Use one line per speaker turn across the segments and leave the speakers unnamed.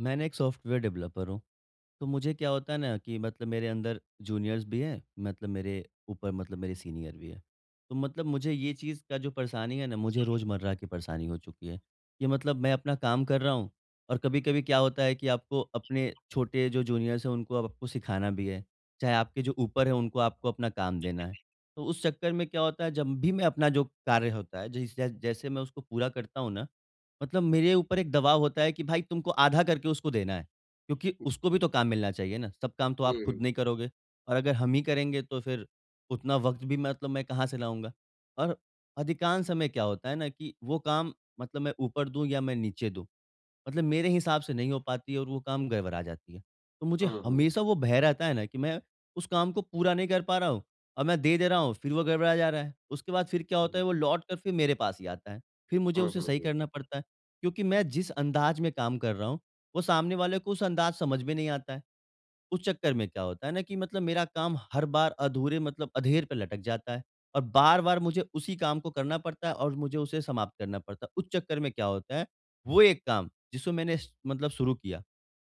मैं ना एक सॉफ्टवेयर डेवलपर हूँ। तो मुझे क्या होता है ना कि मतलब मेरे अंदर जूनियर्स भी हैं, मतलब मेरे ऊपर मतलब मेरे सीनियर भी हैं। तो मतलब मुझे ये चीज़ का जो परेशानी है ना, मुझे रोज़मर्रा की परेशानी हो चुकी है कि मतलब मैं अपना काम कर रहा हूँ, और कभी-कभी क्या होता है कि आपको अपने छोटे जो जूनियर्स हैं, उनको आपको सिखाना भी है। चाहे आपके जो ऊपर हैं, उनको आपको अपना काम देना है। तो उस चक्कर में क्या होता है, जब भी मैं अपना जो कार्य होता है, जैसे जैसे मैं उसको पूरा करता हूँ ना, मतलब मेरे ऊपर एक दबाव होता है कि भाई तुमको आधा करके उसको देना है, क्योंकि उसको भी तो काम मिलना चाहिए ना, सब काम तो
हुँ,
आप खुद
हुँ।
नहीं करोगे। और अगर हम ही करेंगे तो फिर उतना वक़्त भी मतलब मैं कहाँ से लाऊँगा? और अधिकांश समय क्या होता है ना कि वो काम मतलब मैं ऊपर दूँ या मैं नीचे दूँ, मतलब मेरे हिसाब से नहीं हो पाती है और वो काम गड़बड़ा जाती है। तो
हाँ,
मुझे
हाँ।
हमेशा वो भय रहता है ना कि मैं उस काम को पूरा नहीं कर पा रहा हूँ और मैं दे दे रहा हूँ, फिर वो गड़बड़ा जा रहा है। उसके बाद फिर क्या होता
हुँ,
है वो लौट कर फिर मेरे पास ही आता है। फिर मुझे
हाँ,
उसे
हाँ,
सही
हाँ।
करना पड़ता है, क्योंकि मैं जिस अंदाज़ में काम कर रहा हूँ, वो सामने वाले को उस अंदाज़ समझ में नहीं आता है। उस चक्कर में क्या होता है ना कि मतलब मेरा काम हर बार अधूरे मतलब अधेर पे लटक जाता है और बार-बार मुझे उसी काम को करना पड़ता है और मुझे उसे समाप्त करना पड़ता है। उस चक्कर में क्या होता है, वो एक काम जिसको मैंने स मतलब शुरू किया,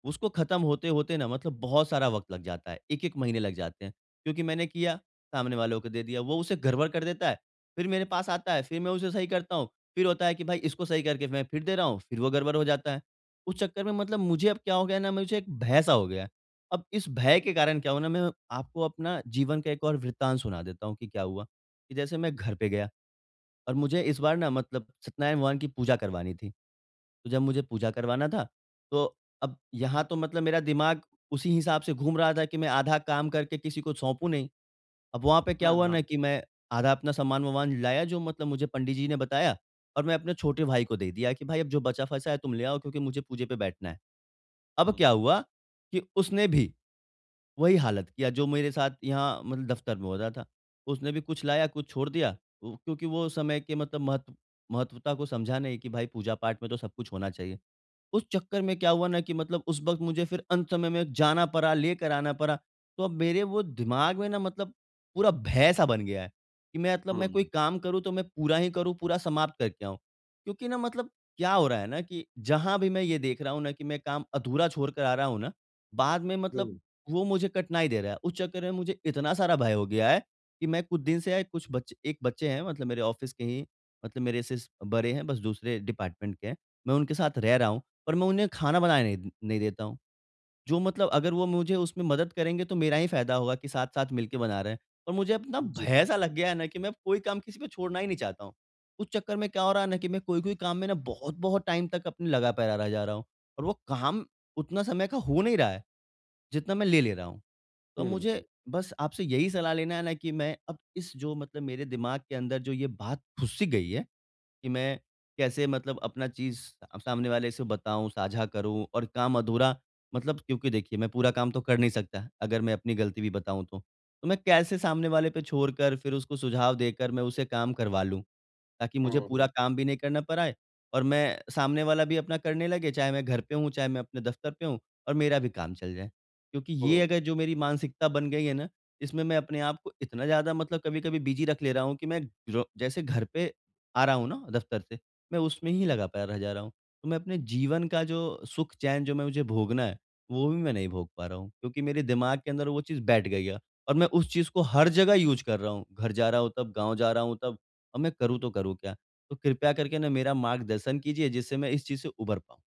उसको ख़त्म होते-होते ना मतलब बहुत सारा वक़्त लग जाता है, एक-एक महीने लग जाते हैं। क्योंकि मैंने किया, सामने वालों को दे दिया, वो उसे गड़बड़ कर देता है, फिर मेरे पास आता है, फिर मैं उसे सही करता हूँ, फिर होता है कि भाई इसको सही करके मैं फिर दे रहा हूँ, फिर वो गड़बड़ हो जाता है। उस चक्कर में मतलब मुझे अब क्या हो गया ना, मुझे एक भय-सा हो गया है। अब इस भय के कारण क्या हुआ ना, मैं आपको अपना जीवन का एक और वृत्तांत सुना देता हूँ कि क्या हुआ, कि जैसे मैं घर पे गया और मुझे इस बार ना मतलब सत्यनारायण भगवान की पूजा करवानी थी। तो जब मुझे पूजा करवाना था, तो अब यहाँ तो मतलब मेरा दिमाग उसी हिसाब से घूम रहा था कि मैं आधा काम करके किसी को सौंपूँ नहीं। अब वहाँ पे क्या
हाँ,
हुआ ना
हाँ।
कि मैं आधा अपना सामान-वामान लाया, जो मतलब मुझे पंडित जी ने बताया, और मैं अपने छोटे भाई को दे दिया कि, "भाई अब जो बचा-फचा है तुम ले आओ क्योंकि मुझे पूजे पे बैठना है।" अब
हुँ,
क्या हुआ कि उसने भी वही हालत किया जो मेरे साथ यहाँ मतलब दफ़्तर में हो रहा था। उसने भी कुछ लाया, कुछ छोड़ दिया। वो क्योंकि वो समय के मतलब महत्वता को समझा नहीं कि भाई पूजा-पाठ में तो सब कुछ होना चाहिए। उस चक्कर में क्या हुआ ना कि मतलब उस वक़्त मुझे फिर अंत समय में जाना पड़ा, लेकर आना पड़ा। तो अब मेरे वो दिमाग में ना मतलब पूरा भय-सा बन गया है कि मैं मतलब
हुँ,
मैं कोई
हुँ।
काम करूँ तो मैं पूरा ही करूँ, पूरा समाप्त करके आऊँ। क्योंकि ना मतलब क्या हो रहा है ना कि जहाँ भी मैं ये देख रहा हूँ ना कि मैं काम अधूरा छोड़ कर आ रहा हूँ ना, बाद में मतलब वो मुझे कठिनाई दे रहा है। उस चक्कर में मुझे इतना सारा भय हो गया है कि मैं कुछ दिन से कुछ बच्चे, एक बच्चे हैं मतलब मेरे ऑफ़िस के ही, मतलब मेरे से स बड़े हैं, बस दूसरे डिपार्टमेंट के हैं। मैं उनके साथ रह रहा हूँ। पर मैं उन्हें खाना बनाने नहीं नहीं देता हूँ। जो मतलब अगर वो मुझे उसमें मदद करेंगे तो मेरा ही फ़ायदा होगा कि साथ-साथ मिलके बना रहे हैं। और मुझे अब ना
जी।
भय सा लग गया है ना कि मैं अब कोई काम किसी पे छोड़ना ही नहीं चाहता हूँ। उस चक्कर में क्या हो रहा है ना कि मैं कोई-कोई काम में ना बहुत-बहुत टाइम तक अपने लगा पैरा रह जा रहा हूँ। और वो काम उतना समय का हो नहीं रहा है, जितना मैं ले ले रहा हूँ। तो
हुँ,
मुझे
हुँ।
बस आपसे यही सलाह लेना है ना कि मैं अब इस जो मतलब मेरे दिमाग के अंदर जो ये बात घुस सी गई है कि मैं कैसे मतलब अपना चीज़ सामने वाले से बताऊँ, साझा करूँ और काम अधूरा मतलब, क्योंकि देखिए मैं पूरा काम तो कर नहीं सकता, अगर मैं अपनी गलती भी बताऊँ तो। तो मैं कैसे सामने वाले पे छोड़कर फिर उसको सुझाव देकर मैं उसे काम करवा लूँ? ताकि मुझे
हुँ, हुँ,
पूरा काम भी नहीं करना पड़े और मैं सामने वाला भी अपना करने लगे, चाहे मैं घर पे हूँ, चाहे मैं अपने दफ़्तर पे हूँ, और मेरा भी काम चल जाए। क्योंकि ये
हुँ।
अगर जो मेरी मानसिकता बन गई है ना, इसमें मैं अपने आप को इतना ज़्यादा मतलब कभी-कभी बिज़ी रख ले रहा हूँ कि मैं जो जैसे घर पे आ रहा हूँ ना दफ़्तर से, मैं उसमें ही लगा पा रह जा रहा हूँ। तो मैं अपने जीवन का जो सुख-चैन जो मैं मुझे भोगना है, वो भी मैं नहीं भोग पा रहा हूँ, क्योंकि मेरे दिमाग के अंदर वो चीज़ बैठ गई है और मैं उस चीज़ को हर जगह यूज़ कर रहा हूँ। घर जा रहा हूँ तब, गाँव जा रहा हूँ तब, अब मैं करूँ तो करूँ क्या? तो कृपया करके ना मेरा मार्गदर्शन कीजिए जिससे मैं इस चीज़ से उभर पाऊँ।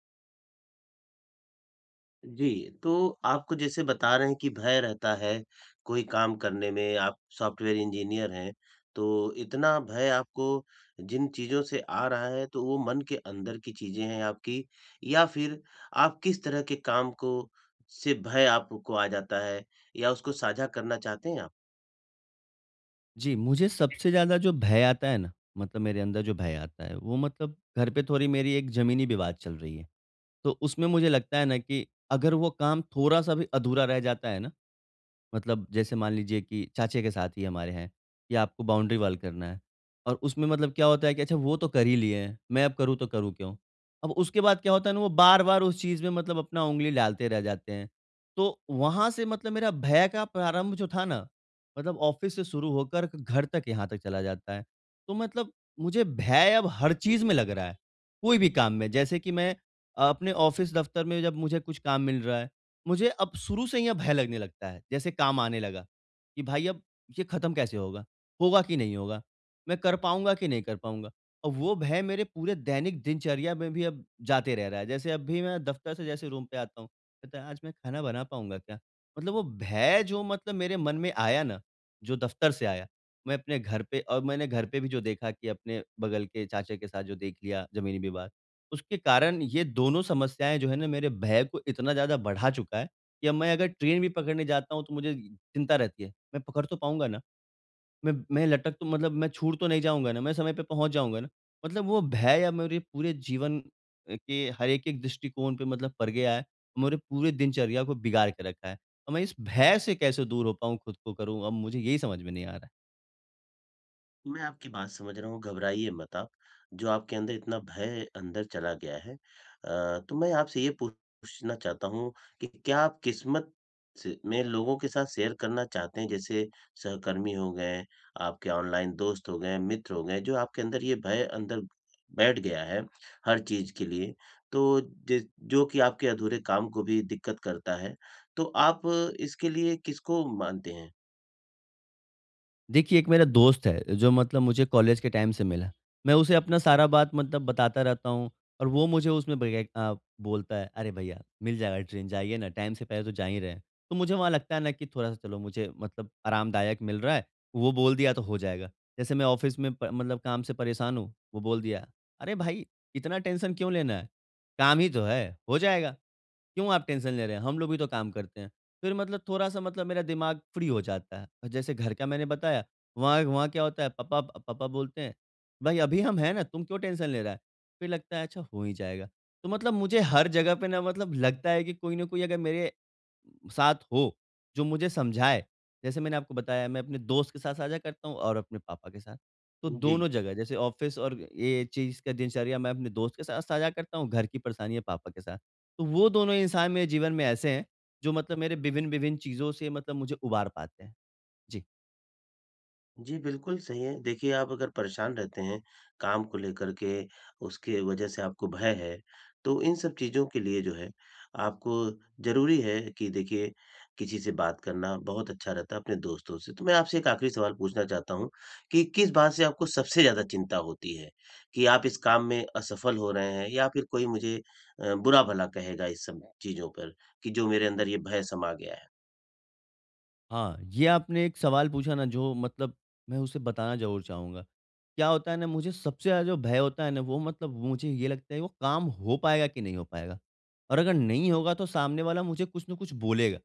जी, तो आपको जैसे बता रहे हैं कि भय रहता है, कोई काम करने में। आप सॉफ्टवेयर इंजीनियर हैं, तो इतना भय आपको जिन चीज़ों से आ रहा है, तो वो मन के अंदर की चीज़ें हैं आपकी, या फिर आप किस तरह के काम को से भय आपको आ जाता है, या उसको साझा करना चाहते हैं आप?
जी, मुझे सबसे ज़्यादा जो भय आता है ना, मतलब मेरे अंदर जो भय आता है वो मतलब, घर पे थोड़ी मेरी एक ज़मीनी विवाद चल रही है। तो उसमें मुझे लगता है ना कि अगर वो काम थोड़ा-सा भी अधूरा रह जाता है ना, मतलब जैसे मान लीजिए कि चाचे के साथ ही हमारे हैं कि आपको बाउंड्री वॉल करना है और उसमें मतलब क्या होता है कि अच्छा वो तो कर ही लिए हैं, मैं अब करूँ तो करूँ क्यों? अब उसके बाद क्या होता है ना, वो बार-बार उस चीज़ में मतलब अपना उँगली डालते रह जाते हैं। तो वहाँ से मतलब मेरा भय का प्रारंभ जो था ना, मतलब ऑफ़िस से शुरू होकर घर तक यहाँ तक चला जाता है। तो मतलब मुझे भय अब हर चीज़ में लग रहा है, कोई भी काम में। जैसे कि मैं अपने ऑफ़िस दफ़्तर में जब मुझे कुछ काम मिल रहा है, मुझे अब शुरू से ही यहाँ भय लगने लगता है, जैसे काम आने लगा, कि भाई अब ये खत्म कैसे होगा? होगा कि नहीं होगा? मैं कर पाऊँगा कि नहीं कर पाऊँगा? और वो भय मेरे पूरे दैनिक दिनचर्या में भी अब जाते रह रहा है, जैसे अब भी मैं दफ्तर से जैसे रूम पे आता हूँ, कहता है आज मैं खाना बना पाऊँगा क्या? मतलब वो भय जो मतलब मेरे मन में आया ना, जो दफ्तर से आया, मैं अपने घर पे और मैंने घर पे भी जो देखा कि अपने बगल के चाचा के साथ जो देख लिया ज़मीनी विवाद, उसके कारण ये दोनों समस्याएँ जो है ना, मेरे भय को इतना ज़्यादा बढ़ा चुका है कि अब मैं अगर ट्रेन भी पकड़ने जाता हूँ तो मुझे चिंता रहती है। मैं पकड़ तो पाऊँगा ना? मैं लटक तो मतलब मैं छूट तो नहीं जाऊँगा ना? मैं समय पे पहुँच जाऊँगा ना? मतलब वो भय अब मेरे पूरे जीवन के हर एक-एक दृष्टिकोण पे मतलब पड़ गया है। मेरे पूरे दिनचर्या को बिगाड़ के रखा है। अब मैं इस भय से कैसे दूर हो पाऊँ, खुद को करूँ? अब मुझे यही समझ में नहीं आ रहा है।
मैं आपकी बात समझ रहा हूँ, घबराइए मत आप, जो आपके अंदर इतना भय अंदर चला गया है। तो मैं आपसे ये पूछना चाहता हूँ कि क्या आप किस्मत से में लोगों के साथ शेयर करना चाहते हैं? जैसे सहकर्मी हो गए, आपके ऑनलाइन दोस्त हो गए, मित्र हो गए, जो आपके अंदर ये भय अंदर बैठ गया है, हर चीज़ के लिए। तो जिस जो कि आपके अधूरे काम को भी दिक्कत करता है, तो आप इसके लिए किसको मानते हैं?
देखिए, एक मेरा दोस्त है, जो मतलब मुझे कॉलेज के टाइम से मिला। मैं उसे अपना सारा बात मतलब बताता रहता हूँ और वो मुझे उसमें बोलता है, "अरे भैया, मिल जाएगा ट्रेन, जाइए ना, टाइम से पहले तो जा ही रहे हैं।" तो मुझे वहाँ लगता है ना कि थोड़ा-सा चलो मुझे मतलब आरामदायक मिल रहा है, वो बोल दिया तो हो जाएगा। जैसे मैं ऑफ़िस में प मतलब काम से परेशान हूँ, वो बोल दिया, "अरे भाई, इतना टेंशन क्यों लेना है? काम ही तो है, हो जाएगा।" क्यों आप टेंशन ले रहे हैं? हम लोग भी तो काम करते हैं। फिर मतलब थोड़ा-सा मतलब मेरा दिमाग फ्री हो जाता है। और जैसे घर का मैंने बताया, वहाँ वहाँ क्या होता है, पापा पापा बोलते हैं, "भई अभी हम हैं ना, तुम क्यों टेंशन ले रहा है?" फिर लगता है अच्छा हो ही जाएगा। तो मतलब मुझे हर जगह पे ना मतलब लगता है कि कोई ना कोई अगर मेरे साथ हो, जो मुझे समझाए। जैसे मैंने आपको बताया मैं अपने दोस्त के साथ साझा करता हूँ और अपने पापा के साथ। तो
जी।
दोनों जगह जैसे ऑफ़िस और ये चीज़ का दिनचर्या मैं अपने दोस्त के साथ साझा करता हूँ, घर की परेशानियाँ पापा के साथ। तो वो दोनों इंसान मेरे जीवन में ऐसे हैं, जो मतलब मेरे विभिन्न-विभिन्न चीज़ों से मतलब मुझे उबार पाते हैं। जी।
जी, बिल्कुल सही है। देखिए, आप अगर परेशान रहते हैं काम को लेकर के, उसके वजह से आपको भय है, तो इन सब चीज़ों के लिए जो है, आपको ज़रूरी है कि देखिए, किसी से बात करना बहुत अच्छा रहता है, अपने दोस्तों से। तो मैं आपसे एक आखिरी सवाल पूछना चाहता हूँ कि किस बात से आपको सबसे ज़्यादा चिंता होती है? कि आप इस काम में असफल हो रहे हैं, या फिर कोई मुझे बुरा-भला कहेगा इस सब चीज़ों पर, कि जो मेरे अंदर ये भय समा गया है?
हाँ, ये आपने एक सवाल पूछा ना जो मतलब मैं उसे बताना ज़रूर चाहूँगा। क्या होता है ना, मुझे सबसे ज़्यादा जो भय होता है ना वो मतलब मुझे ये लगता है वो काम हो पाएगा कि नहीं हो पाएगा? और अगर नहीं होगा तो सामने वाला मुझे कुछ न कुछ बोलेगा।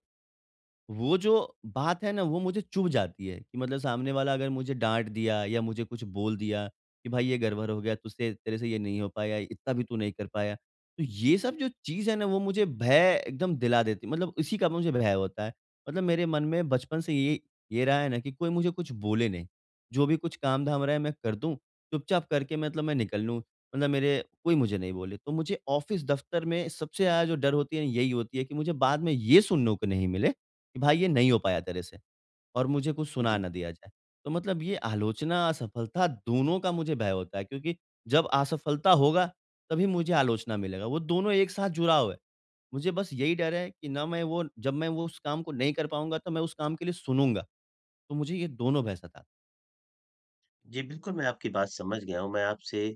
वो जो बात है ना, वो मुझे चुभ जाती है कि मतलब सामने वाला अगर मुझे डाँट दिया या मुझे कुछ बोल दिया कि भाई ये गड़बड़ हो गया, तुझसे तेरे से ये नहीं हो पाया, इतना भी तू नहीं कर पाया। तो ये सब जो चीज़ है ना, वो मुझे भय एकदम दिला देती, मतलब इसी का मुझे भय होता है। मतलब मेरे मन में बचपन से ये रहा है ना कि कोई मुझे कुछ बोले नहीं। जो भी कुछ काम-धाम रहा है मैं कर दूँ, चुपचाप करके मतलब मैं निकल लूँ। मतलब मेरे कोई मुझे नहीं बोले। तो मुझे ऑफ़िस दफ़्तर में सबसे ज़्यादा जो डर होती है, ना, यही होती है कि मुझे बाद में ये सुनने को नहीं मिले कि भाई ये नहीं हो पाया तेरे से और मुझे कुछ सुना
जी।
ना दिया जाए। तो मतलब ये आलोचना, असफलता दोनों का मुझे भय होता है, क्योंकि जब असफलता होगा तभी मुझे आलोचना मिलेगा। वो दोनों एक साथ जुड़ा हुआ है। मुझे बस यही डर है कि ना मैं वो जब मैं वो उस काम को नहीं कर पाऊँगा तो मैं उस काम के लिए सुनूँगा। तो मुझे ये दोनों भय सता।
जी, बिल्कुल, मैं आपकी बात समझ गया हूँ। मैं आपसे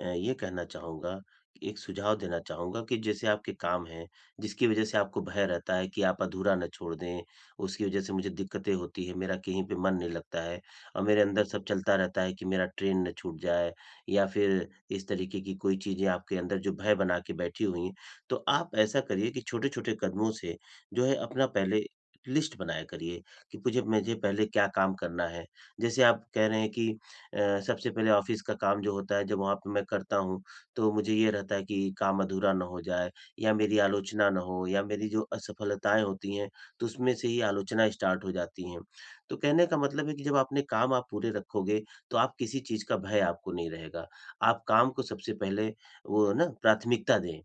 ये कहना चाहूँगा, एक सुझाव देना चाहूँगा कि जैसे आपके काम हैं, जिसकी वज़ह से आपको भय रहता है कि आप अधूरा ना छोड़ दें, उसकी वज़ह से मुझे दिक्कतें होती हैं, मेरा कहीं पे मन नहीं लगता है और मेरे अंदर सब चलता रहता है कि मेरा ट्रेन ना छूट जाए, या फिर इस तरीके की कोई चीज़ें आपके अंदर जो भय बना के बैठी हुई हैं। तो आप ऐसा करिए कि छोटे-छोटे कदमों से जो है अपना पहले लिस्ट बनाया करिए कि मुझे मुझे पहले क्या काम करना है। जैसे आप कह रहे हैं कि सबसे पहले ऑफ़िस का काम जो होता है जब वहाँ पे मैं करता हूँ, तो मुझे ये रहता है कि काम अधूरा ना हो जाए, या मेरी आलोचना ना हो, या मेरी जो असफलताएँ होती हैं, तो उसमें से ही आलोचना स्टार्ट हो जाती हैं। तो कहने का मतलब है कि जब अपने काम आप पूरे रखोगे, तो आप किसी चीज़ का भय आपको नहीं रहेगा। आप काम को सबसे पहले वो ना प्राथमिकता दें।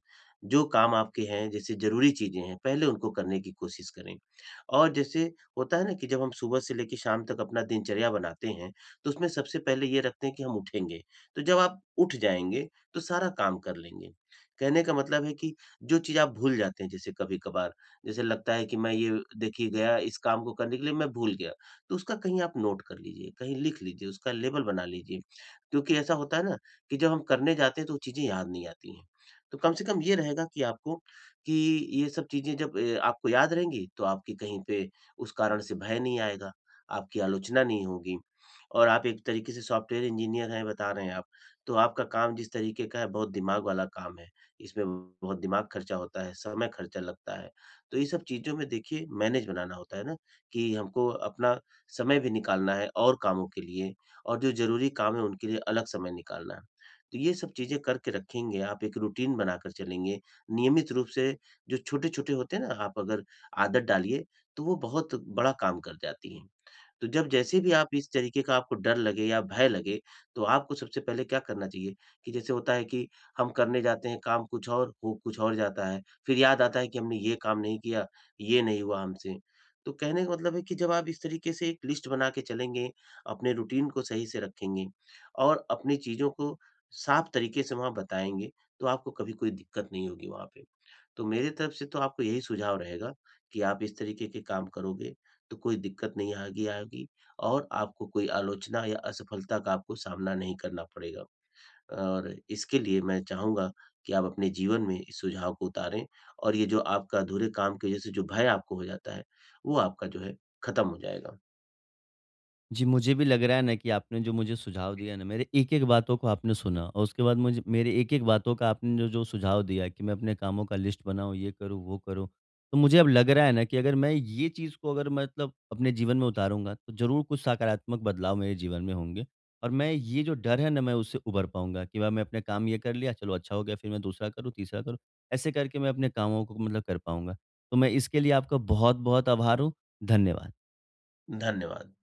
जो काम आपके हैं जैसे ज़रूरी चीज़ें हैं, पहले उनको करने की कोशिश करें। और जैसे होता है ना कि जब हम सुबह से लेके शाम तक अपना दिनचर्या बनाते हैं, तो उसमें सबसे पहले ये रखते हैं कि हम उठेंगे। तो जब आप उठ जाएँगे, तो सारा काम कर लेंगे। कहने का मतलब है कि जो चीज़ आप भूल जाते हैं जैसे कभी-कभार, जैसे लगता है कि मैं ये देखिए गया इस काम को करने के लिए मैं भूल गया। तो उसका कहीं आप नोट कर लीजिए, कहीं लिख लीजिए, उसका लेबल बना लीजिए। क्योंकि ऐसा होता है ना कि जब हम करने जाते हैं तो वो चीज़ें याद नहीं आती हैं। तो कम से कम ये रहेगा कि आपको कि ये सब चीज़ें जब आपको याद रहेंगी, तो आपकी कहीं पे उस कारण से भय नहीं आएगा, आपकी आलोचना नहीं होगी। और आप एक तरीके से सॉफ्टवेयर इंजीनियर हैं बता रहे हैं आप। तो आपका काम जिस तरीके का है, बहुत दिमाग वाला काम है। इसमें बहुत दिमाग खर्चा होता है, समय खर्चा लगता है। तो ये सब चीज़ों में देखिए मैनेज बनाना होता है ना कि हमको अपना समय भी निकालना है और कामों के लिए, और जो ज़रूरी काम है उनके लिए अलग समय निकालना है। तो ये सब चीज़ें करके रखेंगे, आप एक रूटीन बनाकर चलेंगे। नियमित रूप से जो छोटे-छोटे होते हैं ना, आप अगर आदत डालिए, तो वो बहुत बड़ा काम कर जाती हैं। तो जब जैसे भी आप इस तरीके का आपको डर लगे या भय लगे, तो आपको सबसे पहले क्या करना चाहिए कि जैसे होता है कि हम करने जाते हैं काम कुछ और, हो कुछ और जाता है। फिर याद आता है कि हमने ये काम नहीं किया, ये नहीं हुआ हमसे। तो कहने का मतलब है कि जब आप इस तरीके से एक लिस्ट बना के चलेंगे, अपने रूटीन को सही से रखेंगे और अपनी चीज़ों को साफ तरीके से वहाँ बताएँगे, तो आपको कभी कोई दिक्कत नहीं होगी वहाँ पे। तो मेरे तरफ से तो आपको यही सुझाव रहेगा कि आप इस तरीके के काम करोगे तो कोई दिक्कत नहीं आगी आएगी, और आपको कोई आलोचना या असफलता का आपको सामना नहीं करना पड़ेगा। और इसके लिए मैं चाहूँगा कि आप अपने जीवन में इस सुझाव को उतारें, और ये जो आपका अधूरे काम की वज़ह से जो भय आपको हो जाता है, वो आपका जो है खत्म हो जाएगा।
जी, मुझे भी लग रहा है ना कि आपने जो मुझे सुझाव दिया ना, मेरे एक-एक बातों को आपने सुना और उसके बाद मुझे मेरे एक-एक बातों का आपने जो जो सुझाव दिया कि मैं अपने कामों का लिस्ट बनाऊँ, ये करूँ, वो करूँ। तो मुझे अब लग रहा है ना कि अगर मैं ये चीज़ को अगर मतलब अपने जीवन में उतारूँगा, तो ज़रूर कुछ सकारात्मक बदलाव मेरे जीवन में होंगे और मैं ये जो डर है ना, मैं उससे उभर पाऊँगा कि भाई मैं अपने काम ये कर लिया, चलो अच्छा हो गया, फिर मैं दूसरा करूँ, तीसरा करूँ। ऐसे करके मैं अपने कामों को मतलब कर पाऊँगा। तो मैं इसके लिए आपका बहुत-बहुत आभार हूँ। धन्यवाद।
धन्यवाद।